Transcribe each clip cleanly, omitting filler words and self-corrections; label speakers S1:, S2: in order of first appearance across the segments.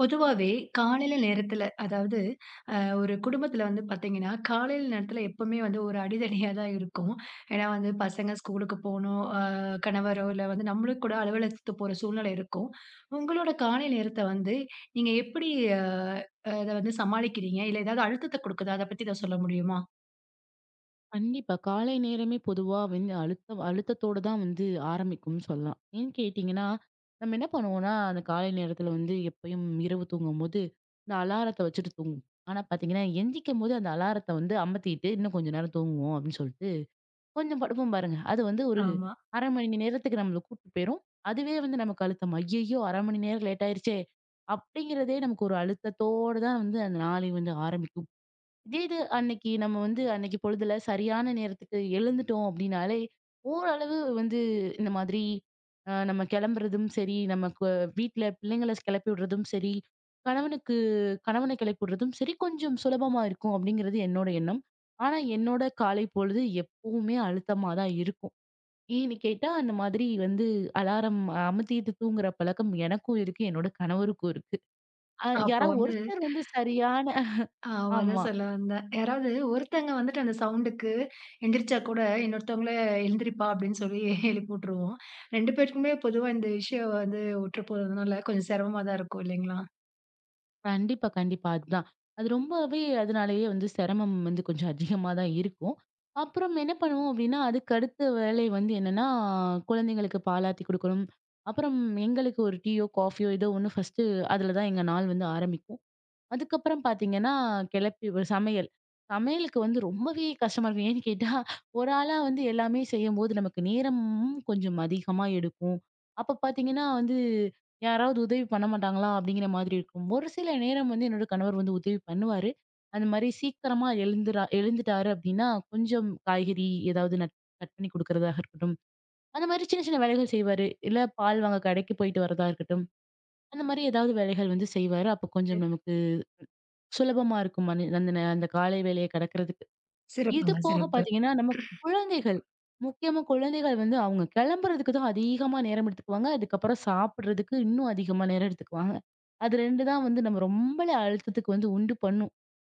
S1: பொதுவாவே காலையில நேரத்துல, அதாவது ஒரு குடும்பத்துல வந்து பார்த்தீங்கன்னா, காலையில நேரத்துல எப்பவுமே வந்து ஒரு அடிதடியா தான் இருக்கும். ஏன்னா வந்து பசங்க ஸ்கூலுக்கு போணும், கணவரோ இல்ல வந்து நம்மளும் கூட அலுவலகத்துக்கு போற சூழ்நிலை இருக்கும். உங்களோட காலை நேரத்த வந்து நீங்க எப்படி அ அத வந்து சமாளிக்கிறீங்க? இல்ல ஏதாவது அழுத்தத்த குடுக்குதா? அத பத்தி ஏதாவது சொல்ல முடியுமா?
S2: கண்டிப்பா. காலை நேரமே பொதுவா வந்து அழுத்தத்தோட தான் வந்து ஆரம்பிக்கும்னு சொல்லலாம். ஏன்னு கேட்டீங்கன்னா, நம்ம என்ன பண்ணுவோம்னா, அந்த காலை நேரத்துல வந்து எப்பயும் இரவு தூங்கும்போது, இந்த அலாரத்த வச்சுட்டு தூங்குவோம். ஆனா பாத்தீங்கன்னா, எந்திரிக்கும்போது அந்த அலாரத்த வந்து அமத்திட்டு, "இன்னும் கொஞ்ச நேரம் தூங்குவோம்" அப்படின்னு சொல்லிட்டு, கொஞ்சம் படுப்போம் பாருங்க. அது வந்து ஒரு
S1: ஆமா.
S2: 1/2 மணி நேரத்துக்கு நம்மள கூட்டு போயிரும். அதுவே வந்து நமக்கு அழுத்தம். "ஐயய்யோ! 1/2 மணி நேரம் லேட் ஆயிருச்சே!" அப்படிங்கிறதே நமக்கு ஒரு அழுத்தத்தோட தான் வந்து அந்த நாளே வந்து ஆரம்பிக்கும். இதே இது அன்னைக்கு நம்ம வந்து அன்னைக்கு பொழுதுல சரியான நேரத்துக்கு எழுந்துட்டோம் அப்படின்னாலே ஓரளவு வந்து இந்த மாதிரி நம்ம கிளம்புறதும் சரி, நமக்கு வீட்ல பிள்ளைங்களை கிளப்பி விடுறதும் சரி, கணவனுக்கு கணவனை கிளப்பி விடுறதும் சரி கொஞ்சம் சுலபமா இருக்கும் அப்படிங்கிறது என்னோட எண்ணம். ஆனா என்னோட காலை பொழுது எப்பவுமே அழுத்தமா தான் இருக்கும். ஏன்னு கேட்டா அந்த மாதிரி வந்து அலாரம் அமுத்திட்டு தூங்குற பழக்கம் எனக்கும் இருக்கு, என்னோட கணவருக்கும் இருக்கு.
S1: அப்போ
S2: யாராவது
S1: வந்து
S2: ஒருத்தர் வந்து சரியான
S1: ஆமா. அதான்
S2: ஆமா.
S1: சொல்ல வந்தேன். யாராவது ஒருத்தங்க வந்துட்டு அந்த சவுண்டுக்கு எந்திரிச்சா கூட, இன்னொருத்தவங்கள "எழுந்திரிப்பா" அப்படின்னு சொல்லி எழுப்பி விட்டுருவோம். 2 பேருக்குமே பொதுவா இந்த விஷயம் வந்து ஒற்று போறதுனால கொஞ்சம் சிரமமா தான் இருக்கும் இல்லைங்களா?
S2: கண்டிப்பா, கண்டிப்பா. அதுதான். அது ரொம்பவே அதனாலேயே வந்து சிரமம் வந்து கொஞ்சம் அதிகமா தான் இருக்கும். அப்புறம் என்ன பண்ணுவோம் அப்டின்னா, அதுக்கு அடுத்த வேலை வந்து என்னன்னா, குழந்தைங்களுக்கு பாலாத்தி குடுக்கணும். அப்புறம் எங்களுக்கு ஒரு டீயோ, காஃபியோ ஏதோ ஒண்ணு ஃபர்ஸ்ட்டு. அதுல தான் எங்க நாள் வந்து ஆரம்பிக்கும். அதுக்கப்புறம் பாத்தீங்கன்னா, கிளப்பி ஒரு சமையல். சமையலுக்கு வந்து ரொம்பவே கஷ்டமா இருக்கும். ஏன்னு கேட்டா, ஒரு ஆளா வந்து எல்லாமே செய்யும்போது நமக்கு நேரமும் கொஞ்சம் அதிகமா எடுக்கும். அப்ப பாத்தீங்கன்னா வந்து, யாராவது உதவி பண்ண மாட்டாங்களா? அப்படிங்கிற மாதிரி இருக்கும். ஒரு சில நேரம் வந்து என்னோட கணவர் வந்து உதவி பண்ணுவாரு. அந்த மாரி சீக்கிரமா எழுந்துட்டாரு அப்படின்னா, கொஞ்சம் காய்கறி ஏதாவது கட் பண்ணி குடுக்கறதாக இருக்கட்டும். அந்த மாரி சின்ன சின்ன வேலைகள் செய்வாரு. இல்ல பால் வாங்க கடைக்கு போயிட்டு வரதா இருக்கட்டும். அந்த மாரி ஏதாவது வேலைகள் வந்து செய்வாரு. அப்ப
S1: சி
S2: கொஞ்சம் நமக்கு சுலபமா இருக்கும். அந்த அந்த அந்த காலை வேலைய கடக்கிறது. இது
S1: சிறப்புங்க,
S2: போக
S1: சிறப்பு.
S2: பார்த்தீங்கன்னா, நம்ம குழந்தைகள், முக்கியமா குழந்தைகள் வந்து அவங்க கிளம்புறதுக்கு தான் அதிகமா நேரம் எடுத்துக்குவாங்க. அதுக்கப்புறம் சாப்பிடுறதுக்கு இன்னும் அதிகமா நேரம் எடுத்துக்குவாங்க. அது 2 தான் வந்து நம்ம ரொம்பல அழுத்தத்துக்கு வந்து உண்டு பண்ணும்.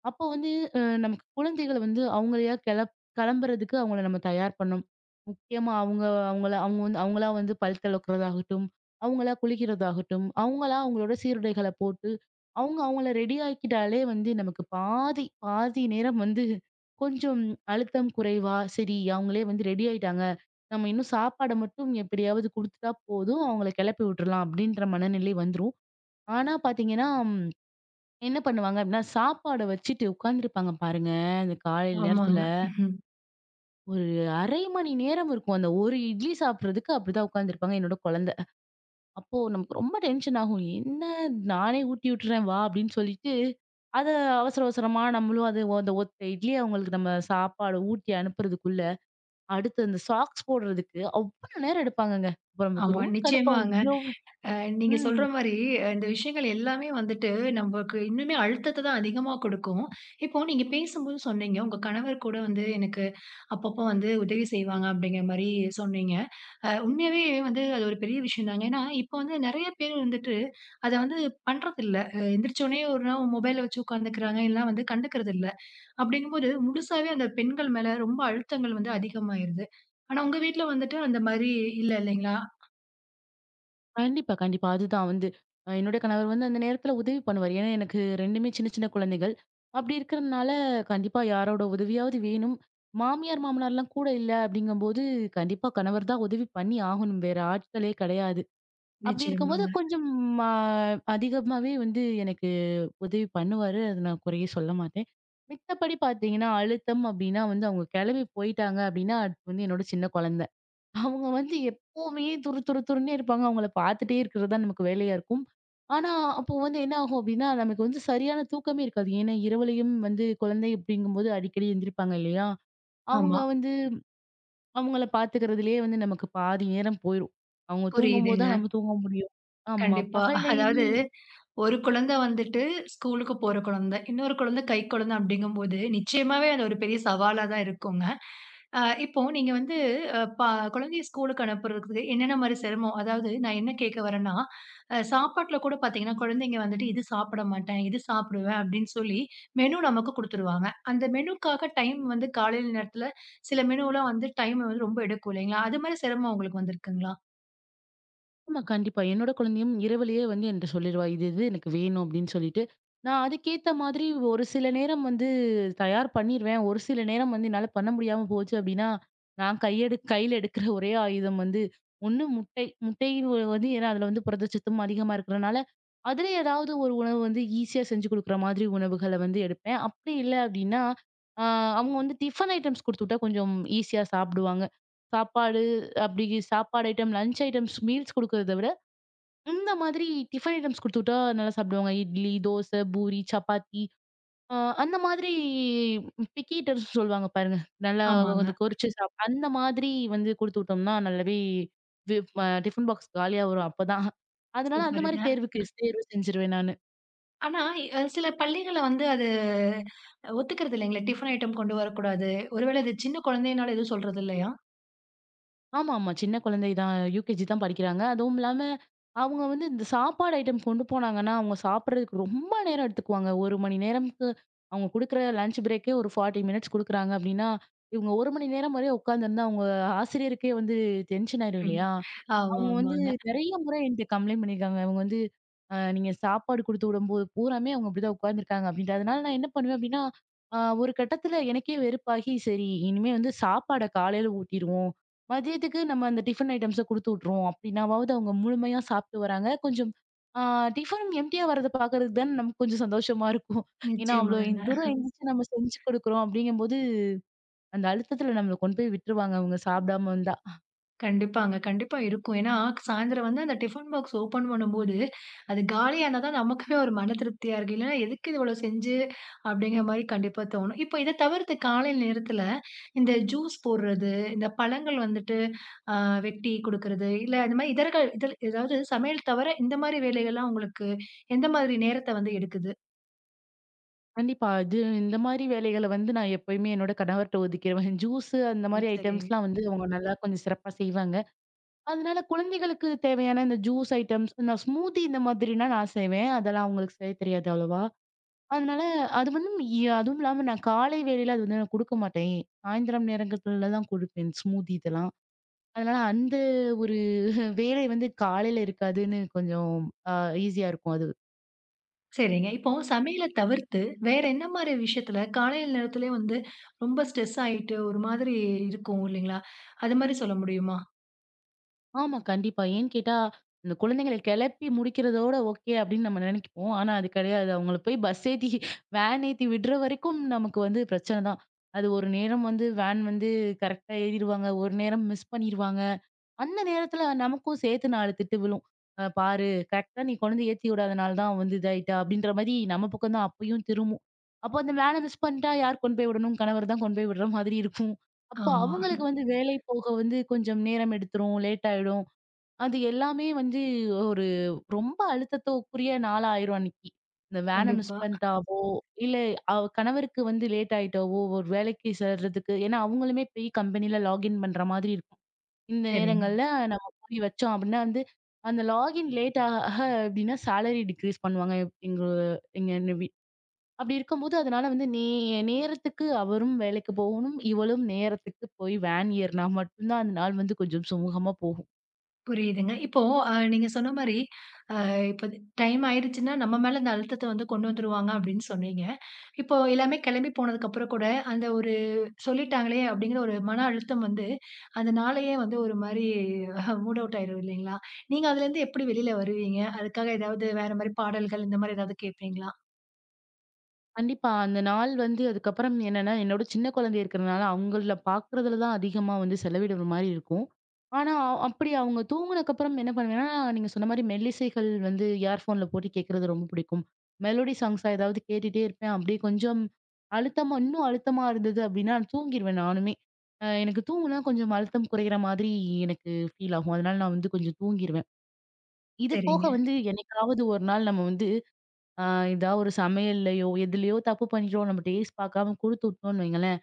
S2: அப்போ வந்து நமக்கு குழந்தைகள வந்து அவங்களையா கிளம்புறதுக்கு அவங்கள நம்ம தயார் பண்ணணும். முக்கியமா அவங்க அவங்கள அவங்க வந்து அவங்களா வந்து பல் துலக்கிறதாகட்டும், அவங்களா குளிக்கிறதாகட்டும், அவங்களா அவங்களோட சீருடைகள போட்டு, அவங்க அவங்கள ரெடி ஆக்கிட்டாலே வந்து நமக்கு பாதி, பாதி நேரம் வந்து கொஞ்சம் அழுத்தம் குறைவா, சரி அவங்களே வந்து ரெடி ஆயிட்டாங்க. நம்ம இன்னும் சாப்பாட மட்டும் எப்படியாவது குடுத்துட்டா போதும். அவங்கள கெளப்பி விட்டுறலாம் அப்படின்ற மனநிலை வந்துரும். ஆனா பாத்தீங்கன்னா, என்ன பண்ணுவாங்க அப்படின்னா, சாப்பாட வச்சுட்டு உட்கார்ந்துருப்பாங்க பாருங்க. அந்த காலையில
S1: ஆமாங்க.
S2: நேரத்துல
S1: ம்ஹ்ம்.
S2: ஒரு 1/2 மணி நேரம் இருக்கும். அந்த ஒரு இட்லி சாப்பிடுறதுக்கு அப்படிதான் உட்கார்ந்துருப்பாங்க என்னோட குழந்தை. அப்போ நமக்கு ரொம்ப டென்ஷன் ஆகும். என்ன, நானே ஊட்டி விட்டுறேன் வா அப்படின்னு சொல்லிட்டு, அத அவசர அவசரமா நம்மளும் அது அந்த ஒத்த இட்லிய அவங்களுக்கு நம்ம சாப்பாடு ஊட்டி அனுப்புறதுக்குள்ள அடுத்து அந்த சாக்ஸ் போடுறதுக்கு அவ்வளோ நேரம் எடுப்பாங்கங்க. அப்ப நமக்கு
S1: ஆமா,
S2: ரொம்ப கடுப்பாகும்.
S1: நிச்சயமாங்க.
S2: இவ்ளோ
S1: அ நீங்க சொல்ற
S2: ம்.
S1: மாரி இந்த விஷயங்கள் எல்லாமே வந்துட்டு நமக்கு இன்னுமே அழுத்தத்த தான் அதிகமா கொடுக்கும். இப்போ நீங்க பேசும்போது சொன்னீங்க, உங்க கணவர் கூட வந்து எனக்கு அப்பப்போ வந்து உதவி செய்வாங்க அப்படிங்கிற மாரி சொன்னீங்க. உண்மையாவே வந்து அது ஒரு பெரிய விஷயம் தாங்க. ஏன்னா, இப்ப வந்து நெறைய பேர் வந்துட்டு, அத வந்து பண்றதில்ல. எந்திரிச்ச உடனே ஒரு நேரம் மொபைல வச்சு உட்காந்துக்கிறாங்க, இல்லனா வந்து கண்டுக்கிறதில்ல. அப்படிங்கும்போது முழுசாவே அந்த பெண்கள் மேல ரொம்ப அழுத்தங்கள் வந்து அதிகமாயிருது. ஆனா உங்க வீட்ல வந்துட்டு அந்த மாரி இல்ல இல்லைங்களா?
S2: கண்டிப்பா, கண்டிப்பா. அதுதான் வந்து என்னுடைய கணவர் வந்து அந்த நேரத்துல உதவி பண்ணுவாரு. ஏன்னா எனக்கு 2மே சின்ன சின்ன குழந்தைகள். அப்படி இருக்கிறதுனால கண்டிப்பா யாரோட உதவியாவது வேணும். மாமியார், மாமனார்லாம் கூட இல்ல அப்படிங்கும்போது, கண்டிப்பா கணவர் தான் உதவி பண்ணி ஆகணும். வேற ஆட்களே கிடையாது. அப்படி இருக்கும்போது
S1: நிச்சயமாங்க.
S2: கொஞ்சம் ஆ, அதிகமாவே வந்து எனக்கு உதவி பண்ணுவாரு. அது நான் குறையே சொல்ல மாட்டேன். மித்தபடி பார்த்தீங்கன்னா, அழுத்தம் அப்படின்னா வந்து அவங்க கிளம்பி போயிட்டாங்க அப்படின்னா, அது வந்து என்னோட சின்ன குழந்தை. அவங்க வந்து எப்பவுமே துரு துரு துருன்னே இருப்பாங்க. அவங்கள பார்த்துட்டே இருக்கிறது தான் நமக்கு வேலையா இருக்கும். ஆனா, அப்போ வந்து என்ன ஆகும் அப்படின்னா, நமக்கு வந்து சரியான தூக்கமே இருக்காது. ஏன்னா, இரவுலயும் வந்து குழந்தை அப்படிங்கும்போது அடிக்கடி எந்திரிப்பாங்க இல்லையா? அவங்க
S1: ஆமா.
S2: வந்து அவங்கள பாத்துக்கிறதுலயே வந்து நமக்கு பாதி நேரம் போயிரும். அவங்க தூங்கும்போது தான்
S1: புரியுதுங்க.
S2: நம்ம தூங்க முடியும். ஆமா.
S1: கண்டிப்பா. அதாவது
S2: பகல்லையுமே
S1: ஒரு குழந்தை வந்துட்டு ஸ்கூலுக்கு போற குழந்தை. இன்னொரு குழந்தை கைக்குழந்தை அப்படிங்கும்போது, நிச்சயமாவே அது ஒரு பெரிய சவாலா தான் இருக்குங்க. இப்போ நீங்க வந்து அ ப குழந்தைய ஸ்கூலுக்கு அனுப்புறதுக்கு என்னென்ன மாரி சிரமம்? அதாவது நான் என்ன கேட்க வரேன்னா, சாப்பாட்ல கூட பார்த்தீங்கன்னா, குழந்தைங்க வந்துட்டு இது சாப்பிட மாட்டேன், இது சாப்பிடுவேன் அப்படின்னு சொல்லி மெனு நமக்கு குடுத்துருவாங்க. அந்த மெனுக்காக டைம் வந்து காலையில நேரத்தில சில மெனுலாம் வந்து டைம் வந்து ரொம்ப எடுக்கும் இல்லைங்களா? அது மாரி சிரமம் உங்களுக்கு வந்திருக்குங்களா?
S2: ஆமா, கண்டிப்பா. என்னோட குழந்தையும் இரவிலேயே வந்து என்ட்ட சொல்லிருவா. இது எனக்கு வேணும் அப்டின்னு சொல்லிட்டு. நான் அதுக்கேத்த மாதிரி ஒரு சில நேரம் வந்து தயார் பண்ணிருவேன். ஒரு சில நேரம் வந்து என்னால பண்ண முடியாம போச்சு அப்டின்னா, நான் கையில எடுக்கிற ஒரே ஆயுதம் வந்து ஒண்ணு முட்டை. முட்டை வந்து ஏன்னா அதுல வந்து புரதச்சத்தும் அதிகமா இருக்கிறனால, அதில ஏதாவது ஒரு உணவு வந்து ஈஸியா செஞ்சு குடுக்குற மாதிரி உணவுகள வந்து எடுப்பேன். அப்டி இல்ல அப்டின்னா, ஆ அவங்க வந்து டிஃபன் ஐட்டம்ஸ் குடுத்துவிட்டா கொஞ்சம் ஈஸியா சாப்பிடுவாங்க. சாப்பாடு அப்படி சாப்பாடு ஐட்டம், லஞ்ச் ஐட்டம்ஸ், மீல்ஸ் குடுக்கறத விட, இந்த மாதிரி டிஃபன் ஐட்டம்ஸ் குடுத்துவிட்டா நல்லா சாப்பிடுவாங்க. இட்லி, தோசை, பூரி, சப்பாத்தி, அந்த மாதிரி பிக்கி ஈட்டர்ஸ்ன்னு சொல்லுவாங்க பாருங்க. நல்லா
S1: ஆமாங்க.
S2: வந்து கொறிச்சு அந்த மாதிரி வந்து குடுத்துவிட்டோம்னா நல்லாவே வி டிஃபன் பாக்ஸ் காலியா வரும் அப்பதான். அதனால அந்த மாரி
S1: சூப்பருங்க.
S2: தேர்வுக்கு தேர்வு செஞ்சுருவேன் நானு.
S1: ஆனா, சில பள்ளிகள்ல வந்து அது ஒத்துக்கிறது இல்லைங்களே! டிஃபன் ஐட்டம் கொண்டு வரக்கூடாது. ஒருவேளை இது சின்ன குழந்தையினால எதுவும் சொல்றது இல்லையா?
S2: ஆமா, ஆமா. சின்ன குழந்தை தான். யுகேஜி தான் படிக்கிறாங்க. அதுவும் இல்லாம, அவங்க வந்து இந்த சாப்பாடு ஐட்டம் கொண்டு போனாங்கன்னா, அவங்க சாப்பிடுறதுக்கு ரொம்ப நேரம் எடுத்துக்குவாங்க. 1 மணி நேரம்க்கு அவங்க குடுக்குற லஞ்ச் பிரேக்கே ஒரு 40 மினிட்ஸ் குடுக்குறாங்க அப்படின்னா, இவங்க 1 மணி நேரம் வரையும் உட்காந்துருந்தா, அவங்க ஆசிரியருக்கே வந்து டென்ஷன் ஆயிரும்
S1: ம்.
S2: இல்லையா?
S1: ஆமா,
S2: அவங்க வந்து
S1: ஆமாங்க.
S2: நெறைய முறை என்ட்ட கம்ப்ளைண்ட் பண்ணியிருக்காங்க. அவங்க வந்து நீங்க சாப்பாடு குடுத்து விடும்போது பூராமே அவங்க அப்படிதான் உட்கார்ந்துருக்காங்க அப்படின்ட்டு. அதனால நான் என்ன பண்ணுவேன் அப்படின்னா, ஒரு கட்டத்துல எனக்கே வெறுப்பாகி, சரி இனிமே வந்து சாப்பாட காலையில ஊட்டிருவோம். மதியத்துக்கு நம்ம அந்த டிஃபன் ஐட்டம்ஸ குடுத்து விட்டுருவோம். அப்படின்னாவாவது அவங்க முழுமையா சாப்பிட்டு வராங்க. கொஞ்சம் ஆ டிஃபனும் எம்ப்டியா வரத பார்க்கறதுக்கு தானே நமக்கு கொஞ்சம் சந்தோஷமா இருக்கும். ஏன்னா அவ்வளோ
S1: நிச்சயமாங்க.
S2: தூரம் எந்திரிச்சு நம்ம செஞ்சு குடுக்குறோம் அப்படிங்கும்போது, அந்த அழுத்தத்துல நம்மள கொண்டு போய் விட்டுருவாங்க அவங்க சாப்பிடாம வந்தா.
S1: கண்டிப்பாங்க. கண்டிப்பா இருக்கும். ஏன்னா, சாயந்தரம் வந்து அந்த டிஃபன் பாக்ஸ் ஓப்பன் பண்ணும்போது, அது காலியானா தான் நமக்குமே ஒரு மன திருப்தியா இருக்கு. இல்லன்னா, எதுக்கு இவ்வளோ செஞ்சு அப்படிங்கிற மாரி கண்டிப்பா தோணும். இப்போ இத தவிர்த்து காலை நேரத்துல இந்த ஜூஸ் போடுறது, இந்த பழங்கள் வந்துட்டு அ வெட்டி குடுக்குறது, இல்ல இந்த மாரி இதர்கள் இதழ் ஏதாவது சமையல் தவிர இந்த மாரி வேலைகள்லாம் உங்களுக்கு எந்த மாதிரி நேரத்த வந்து எடுக்குது?
S2: கண்டிப்பா. அது இந்த மாரி வேலைகள வந்து நான் எப்பயுமே என்னோட கணவர்ட்ட ஒதுக்கிருவேன். ஜூஸு அந்த
S1: ம்.
S2: மாரி
S1: சரிங்க.
S2: ஐட்டம்ஸ்லாம் வந்து அவங்க நல்லா கொஞ்சம் சிறப்பா செய்வாங்க. அதனால குழந்தைகளுக்கு தேவையான இந்த ஜூஸ் ஐட்டம்ஸ், நான் ஸ்மூத்தி இந்த மாதிரினா நான் செய்வேன். அதெல்லாம் அவங்களுக்கு செய்ய தெரியாது அவ்வளவா. அதனால அது வந்து அதுவும் இல்லாம நான் காலை வேளையில அது வந்து நான் குடுக்க மாட்டேன். சாயந்திரம் நேரங்கத்துல தான் குடுப்பேன் ஸ்மூத்தி இதெல்லாம். அதனால அந்த ஒரு வேலை வந்து காலையில இருக்காதுன்னு கொஞ்சம் அ ஈஸியா இருக்கும் அது.
S1: சரிங்க. இப்போ சமையல தவிர்த்து, வேற என்ன மாரி விஷயத்துல காலை நேரத்திலே வந்து ரொம்ப ஸ்ட்ரெஸ் ஆயிட்டு, ஒரு மாதிரி இருக்கும் இல்லைங்களா? அது மாரி சொல்ல முடியுமா?
S2: ஆமா. கண்டிப்பா. ஏன்னு கேட்டா, இந்த குழந்தைங்கள கெளப்பி முடிக்கிறதோட ஓகே அப்படின்னு நம்ம நெனைப்போம். ஆனா அது கெடையாது. அவங்கள போய் பஸ் ஏத்தி, வேன் ஏத்தி விடுற வரைக்கும் நமக்கு வந்து பிரச்சனை தான். அது ஒரு நேரம் வந்து வேன் வந்து கரெக்ட்டா ஏறிருவாங்க. ஒரு நேரம் மிஸ் பண்ணிருவாங்க. அந்த நேரத்துல நமக்கும் சேர்த்து 4 திட்டு விழும். "பாரு கரெக்ட்டா நீ கொண்டுந்து ஏத்தி விடாதனால தான் வந்து இதாயிட்டா" அப்படின்ற மாரி நம்ம பக்கம் தான் அப்பயும் திரும்பும். அப்போ அந்த வேன மிஸ் பண்ணிட்டா யார் கொண்டு போய் விடணும்? கணவர் தான் கொண்டு போய் விடுற மாதிரி இருக்கும். அப்போ
S1: ஆமா.
S2: அவங்களுக்கு வந்து வேலை போக வந்து கொஞ்சம் நேரம் எடுத்துரும். லேட் ஆயிடும். அது எல்லாமே வந்து ஒரு ரொம்ப அழுத்தத்துக்குரிய நாளா ஆயிரும் அன்னைக்கு. இந்த வேன மிஸ்
S1: கண்டிப்பா.
S2: பண்ணிட்டாவோ, இல்ல அவ கணவருக்கு வந்து லேட் ஆயிட்டாவோ, ஒரு வேலைக்கு சேர்றதுக்கு ஏன்னா அவங்களுமே போய் கம்பெனில லாகின் பண்ற மாதிரி இருக்கும். இந்த
S1: சரி.
S2: நேரங்கள்ல நம்ம போய் வச்சோம் அப்படின்னா வந்து, அந்த லாகின் லேட் ஆக ஆக எப்படின்னா சேலரி டிக்ரீஸ் பண்ணுவாங்க. எங்க எங்க என்ன அப்படி இருக்கும்போது அதனால வந்து நேரத்துக்கு அவரும் வேலைக்கு போகணும். இவளும் நேரத்துக்கு போய் வேன் ஏறுனா மட்டும் தான் அந்த நாள் வந்து கொஞ்சம் சுமூகமா போகும்.
S1: புரியுதுங்க. இப்போ நீங்க சொன்ன மாரி, அ இப்ப டைம் ஆயிடுச்சுன்னா, நம்ம மேல இந்த அழுத்தத்த வந்து கொண்டு வந்துருவாங்க அப்படின்னு சொன்னீங்க. இப்போ எல்லாமே கிளம்பி போனதுக்கப்புறம் கூட, அந்த ஒரு சொல்லிட்டாங்களே அப்படிங்கிற ஒரு மன அழுத்தம் வந்து, அந்த நாளையே வந்து ஒரு மாரி மூட் அவுட் ஆயிரும் இல்லைங்களா? நீங்க அதுலேருந்து எப்படி வெளியில வருவீங்க? அதுக்காக ஏதாவது வேற மாரி பாடல்கள் இந்த மாரி ஏதாவது கேட்பீங்களா?
S2: கண்டிப்பா. அந்த நாள் வந்து அதுக்கப்புறம் என்னன்னா, என்னோட சின்ன குழந்தை இருக்கிறனால, அவங்கள பார்க்குறதுல தான் அதிகமா வந்து செலவிடுற மாரி இருக்கும். ஆனா, அப்படி அவங்க தூங்குனதுக்கப்புறம் என்ன பண்ணுவேன்னா, நீங்க சொன்ன மாரி மெல்லிசைகள் வந்து இயர்ஃபோன்ல போட்டு கேட்கறது ரொம்ப பிடிக்கும். மெலோடி சாங்ஸா ஏதாவது கேட்டுட்டே இருப்பேன். அப்படியே கொஞ்சம் இன்னும் அழுத்தமா இருந்தது அப்படின்னா, தூங்கிருவேன் நானுமே. எனக்கு தூங்குனா கொஞ்சம் அழுத்தம் குறையிற மாதிரி எனக்கு ஃபீல் ஆகும். அதனால நான் வந்து கொஞ்சம் தூங்கிருவேன். இது போக
S1: சரிங்க.
S2: வந்து என்னைக்காவது ஒரு நாள் நம்ம வந்து ஆ ஏதா ஒரு சமையல்லயோ, எதுலயோ தப்பு பண்ணிட்டோம். நம்ம டேஸ்ட் பார்க்காம குடுத்து விட்டோம்ன்னு வைங்களேன்,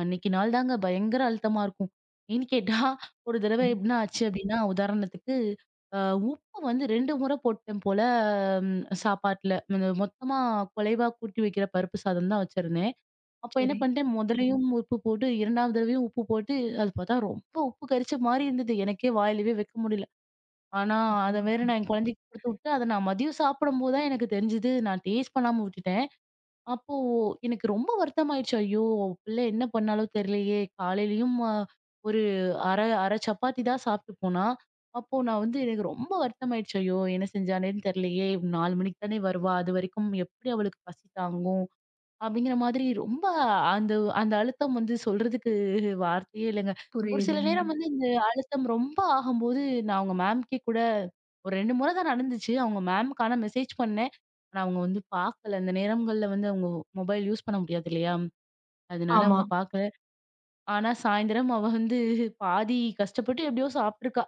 S2: அன்னைக்கு நாள் தாங்க பயங்கர அழுத்தமா இருக்கும். ஏன்னு கேட்டா, ஒரு தடவ
S1: ம்.
S2: எப்படின்னா ஆச்சு அப்படின்னா, உதாரணத்துக்கு அ உப்பு வந்து 2 முறை போட்டேன் போல சாப்பாட்டுல. இந்த மொத்தமா குலைவா கூட்டி வைக்கிற பருப்பு சாதம் தான் வச்சிருந்தேன். அப்ப என்ன
S1: சரி.
S2: பண்ணிட்டேன், முதலையும் உப்பு போட்டு, 2வது தடவையும் உப்பு போட்டு, அது பார்த்தா ரொம்ப உப்பு கரிச்ச மாரி இருந்தது. எனக்கே வாயிலவே வைக்க முடியல. ஆனா, அத வேற நான் என் குழந்தைக்கு குடுத்துவுட்டு, அத நான் மதியம் சாப்பிடும்போது தான் எனக்கு தெரிஞ்சது. நான் டேஸ்ட் பண்ணாம விட்டுட்டேன். அப்போ எனக்கு ரொம்ப வருத்தமாயிருச்சு. ஐயோ! பிள்ளை என்ன பண்ணாலோ தெரியலையே! காலையிலயும் ஒரு அரை அரை சப்பாத்தி தான் சாப்பிட்டு போனா. அப்போ நான் வந்து எனக்கு ரொம்ப வருத்தமாயிடுச்சு. ஐயோ! என்ன செஞ்சானேன்னு தெரியலையே! 4 மணிக்கு தானே வருவா. அதுவரைக்கும் எப்படி அவளுக்கு பசி தாங்கும்? அப்படிங்கிற மாதிரி ரொம்ப அந்த அந்த அழுத்தம் வந்து சொல்றதுக்கு வார்த்தையே இல்லங்க. ஒரு சில
S1: புரியுதுங்க.
S2: நேரம் வந்து இந்த அழுத்தம் ரொம்ப ஆகும்போது, நான் அவங்க மேம்க்கே கூட ஒரு 2 முறை தான் நடந்துச்சு. அவங்க மேம்க்கு ஆனா மெசேஜ் பண்ணேன். ஆனா அவங்க வந்து பார்க்கல. அந்த நேரங்கள்ல வந்து அவங்க மொபைல் யூஸ் பண்ண முடியாது இல்லையா? அதனால
S1: ஆமா.
S2: அவங்க பார்க்கல. ஆனா சாயந்திரம் அவ வந்து பாதி கஷ்டப்பட்டு எப்படியோ சாப்பிட்டுருக்கா.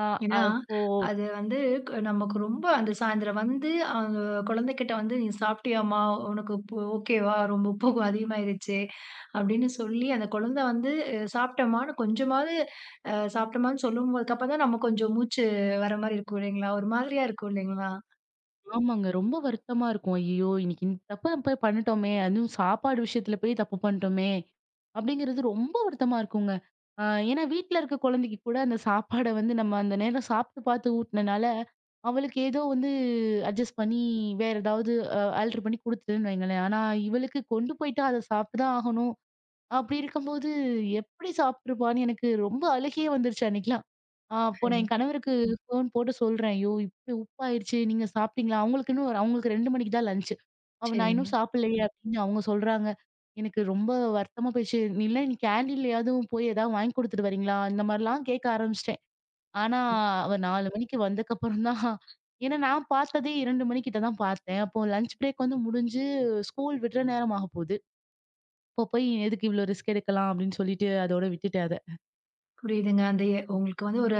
S2: அ
S1: ஏன்னா,
S2: அப்போ
S1: அது வந்து க நமக்கு ரொம்ப அந்த சாயந்திரம் வந்து அவங்க குழந்தைகிட்ட வந்து, "நீ சாப்பிட்டியாம்மா? உனக்கு உப்பு ஓகேவா? ரொம்ப உப்பு அதிகமாயிருச்சு." அப்படின்னு சொல்லி அந்த குழந்தை வந்து சாப்பிட்டமான்னு கொஞ்சமாவது சாப்பிட்டமான்னு சொல்லும்போதுக்கு அப்புறம் தான் நம்ம கொஞ்சம் மூச்சு வர மாரி இருக்கும் இல்லைங்களா? ஒரு மாதிரியா இருக்கும் இல்லைங்களா?
S2: ஆமாங்க. ரொம்ப வருத்தமா இருக்கும். ஐயய்யோ! இன்னைக்கு இந்த தப்பு நம்ம போய் பண்ணிட்டோமே! அதுவும் சாப்பாடு விஷயத்துல போய் தப்பு பண்ணிட்டோமே! அப்படிங்கிறது ரொம்ப வருத்தமா இருக்குங்க. அ ஏன்னா வீட்ல இருக்க குழந்தைக்கு கூட அந்த சாப்பாட வந்து நம்ம அந்த நேரம் சாப்பிட்டு பார்த்து ஊட்டுனனால, அவளுக்கு ஏதோ வந்து அட்ஜஸ்ட் பண்ணி வேற ஏதாவது ஆல்டர் பண்ணி குடுத்துட்டேன்னு வைங்களேன். ஆனா இவளுக்கு கொண்டு போயிட்டா அத சாப்பிட்டு தான் ஆகணும். அப்படி இருக்கும்போது எப்படி சாப்பிட்டுருப்பான்னு எனக்கு ரொம்ப அழுகையே வந்துருச்சு அன்னைக்கெல்லாம். அப்போ நான்
S1: ம்.
S2: என் கணவருக்கு ஃபோன் போட்டு சொல்றேன். "ஐயோ! இப்படி உப்பாயிருச்சு. நீங்க சாப்பிட்டீங்களா?" அவங்களுக்கு இன்னும் ஒரு அவங்களுக்கு 2 மணிக்கு தான் லஞ்ச். அவ "நான்
S1: சரிங்க.
S2: இன்னும் சாப்பிடலையே" ம். அப்படின்னு அவங்க சொல்றாங்க. எனக்கு ரொம்ப வருத்தமா போயிடுச்சு. "நீ இல்ல நீ கேன்டீன்லயாதும் போய் ஏதாவது வாங்கி குடுத்துட்டு வரீங்களா?" இந்த மாரிலாம் கேட்க ஆரம்பிச்சுட்டேன். ஆனா அவ 4 மணிக்கு வந்ததுக்கப்புறம் தான் ஏன்னா நான் பார்த்ததே 2 மணிக்கிட்ட தான் பார்த்தேன். அப்போ லஞ்ச் பிரேக் வந்து முடிஞ்சு ஸ்கூல் விடுற நேரம் ஆகப்போகுது. அப்போ போய் எதுக்கு இவ்ளோ ரிஸ்க் எடுக்கலாம் அப்படின்னு சொல்லிட்டு அதோட விட்டுட்டேன் அத.
S1: புரியுதுங்க. அந்த உங்களுக்கு வந்து ஒரு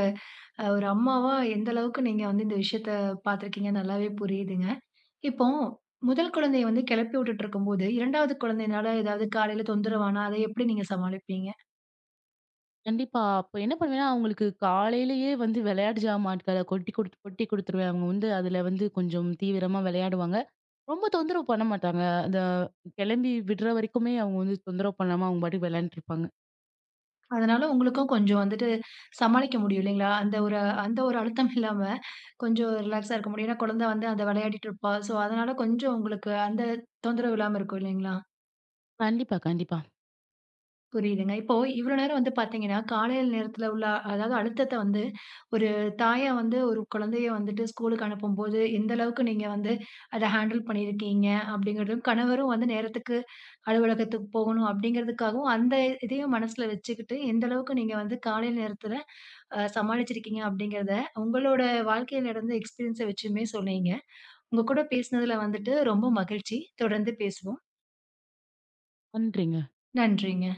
S1: ஒரு அம்மாவா எந்த அளவுக்கு நீங்க வந்து இந்த விஷயத்த பார்த்துருக்கீங்க நல்லாவே புரியுதுங்க. இப்போ, முதல் குழந்தைய வந்து கெளப்பி விட்டுட்டுருக்கும்போது, 2வது குழந்தையினால ஏதாவது காலையில தொந்தரவானா, அதை எப்படி நீங்க சமாளிப்பீங்க?
S2: கண்டிப்பா. அப்ப என்ன பண்ணுவேன்னா, அவங்களுக்கு காலையிலேயே வந்து விளையாட்டு ஜாமான்கள கொட்டி குடுத்து கொட்டி குடுத்துருவேன். அவங்க வந்து அதுல வந்து கொஞ்சம் தீவிரமா விளையாடுவாங்க. ரொம்ப தொந்தரவு பண்ண மாட்டாங்க. அந்த கிளம்பி விடுற வரைக்குமே அவங்க வந்து தொந்தரவு பண்ணாம அவங்க பாட்டுக்கு விளையாண்டுட்டு இருப்பாங்க.
S1: அதனால உங்களுக்கும் கொஞ்சம் வந்துட்டு சமாளிக்க முடியும் இல்லைங்களா? அந்த ஒரு அழுத்தம் இல்லாம கொஞ்சம் ரிலாக்ஸா இருக்க முடியும். ஏன்னா குழந்தை வந்து அத விளையாடிட்டு இருப்பா. ஸோ, அதனால கொஞ்சம் உங்களுக்கு அந்த தொந்தரவு இல்லாம இருக்கும் இல்லைங்களா?
S2: கண்டிப்பா, கண்டிப்பா.
S1: புரியுதுங்க. இப்போ இவ்வளோ நேரம் வந்து பார்த்தீங்கன்னா, காலையில நேரத்தில உள்ள அதாவது அழுத்தத்த வந்து ஒரு தாயா வந்து ஒரு குழந்தைய வந்துட்டு ஸ்கூலுக்கு அனுப்பும்போது, எந்த அளவுக்கு நீங்க வந்து அத ஹேண்டில் பண்ணியிருக்கீங்க? அப்படிங்கிறதும், கணவரும் வந்து நேரத்துக்கு அலுவலகத்துக்கு போகணும் அப்படிங்கிறதுக்காகவும், அந்த இதையும் மனசுல வச்சுக்கிட்டு, எந்த அளவுக்கு நீங்க வந்து காலை நேரத்துல சமாளிச்சிருக்கீங்க அப்படிங்கிறத, உங்களோட வாழ்க்கையில நடந்த எக்ஸ்பீரியன்ஸ வச்சுமே சொன்னீங்க. உங்க கூட பேசினதுல வந்துட்டு ரொம்ப மகிழ்ச்சி. தொடர்ந்து பேசுவோம்.
S2: நன்றிங்க.
S1: நன்றிங்க.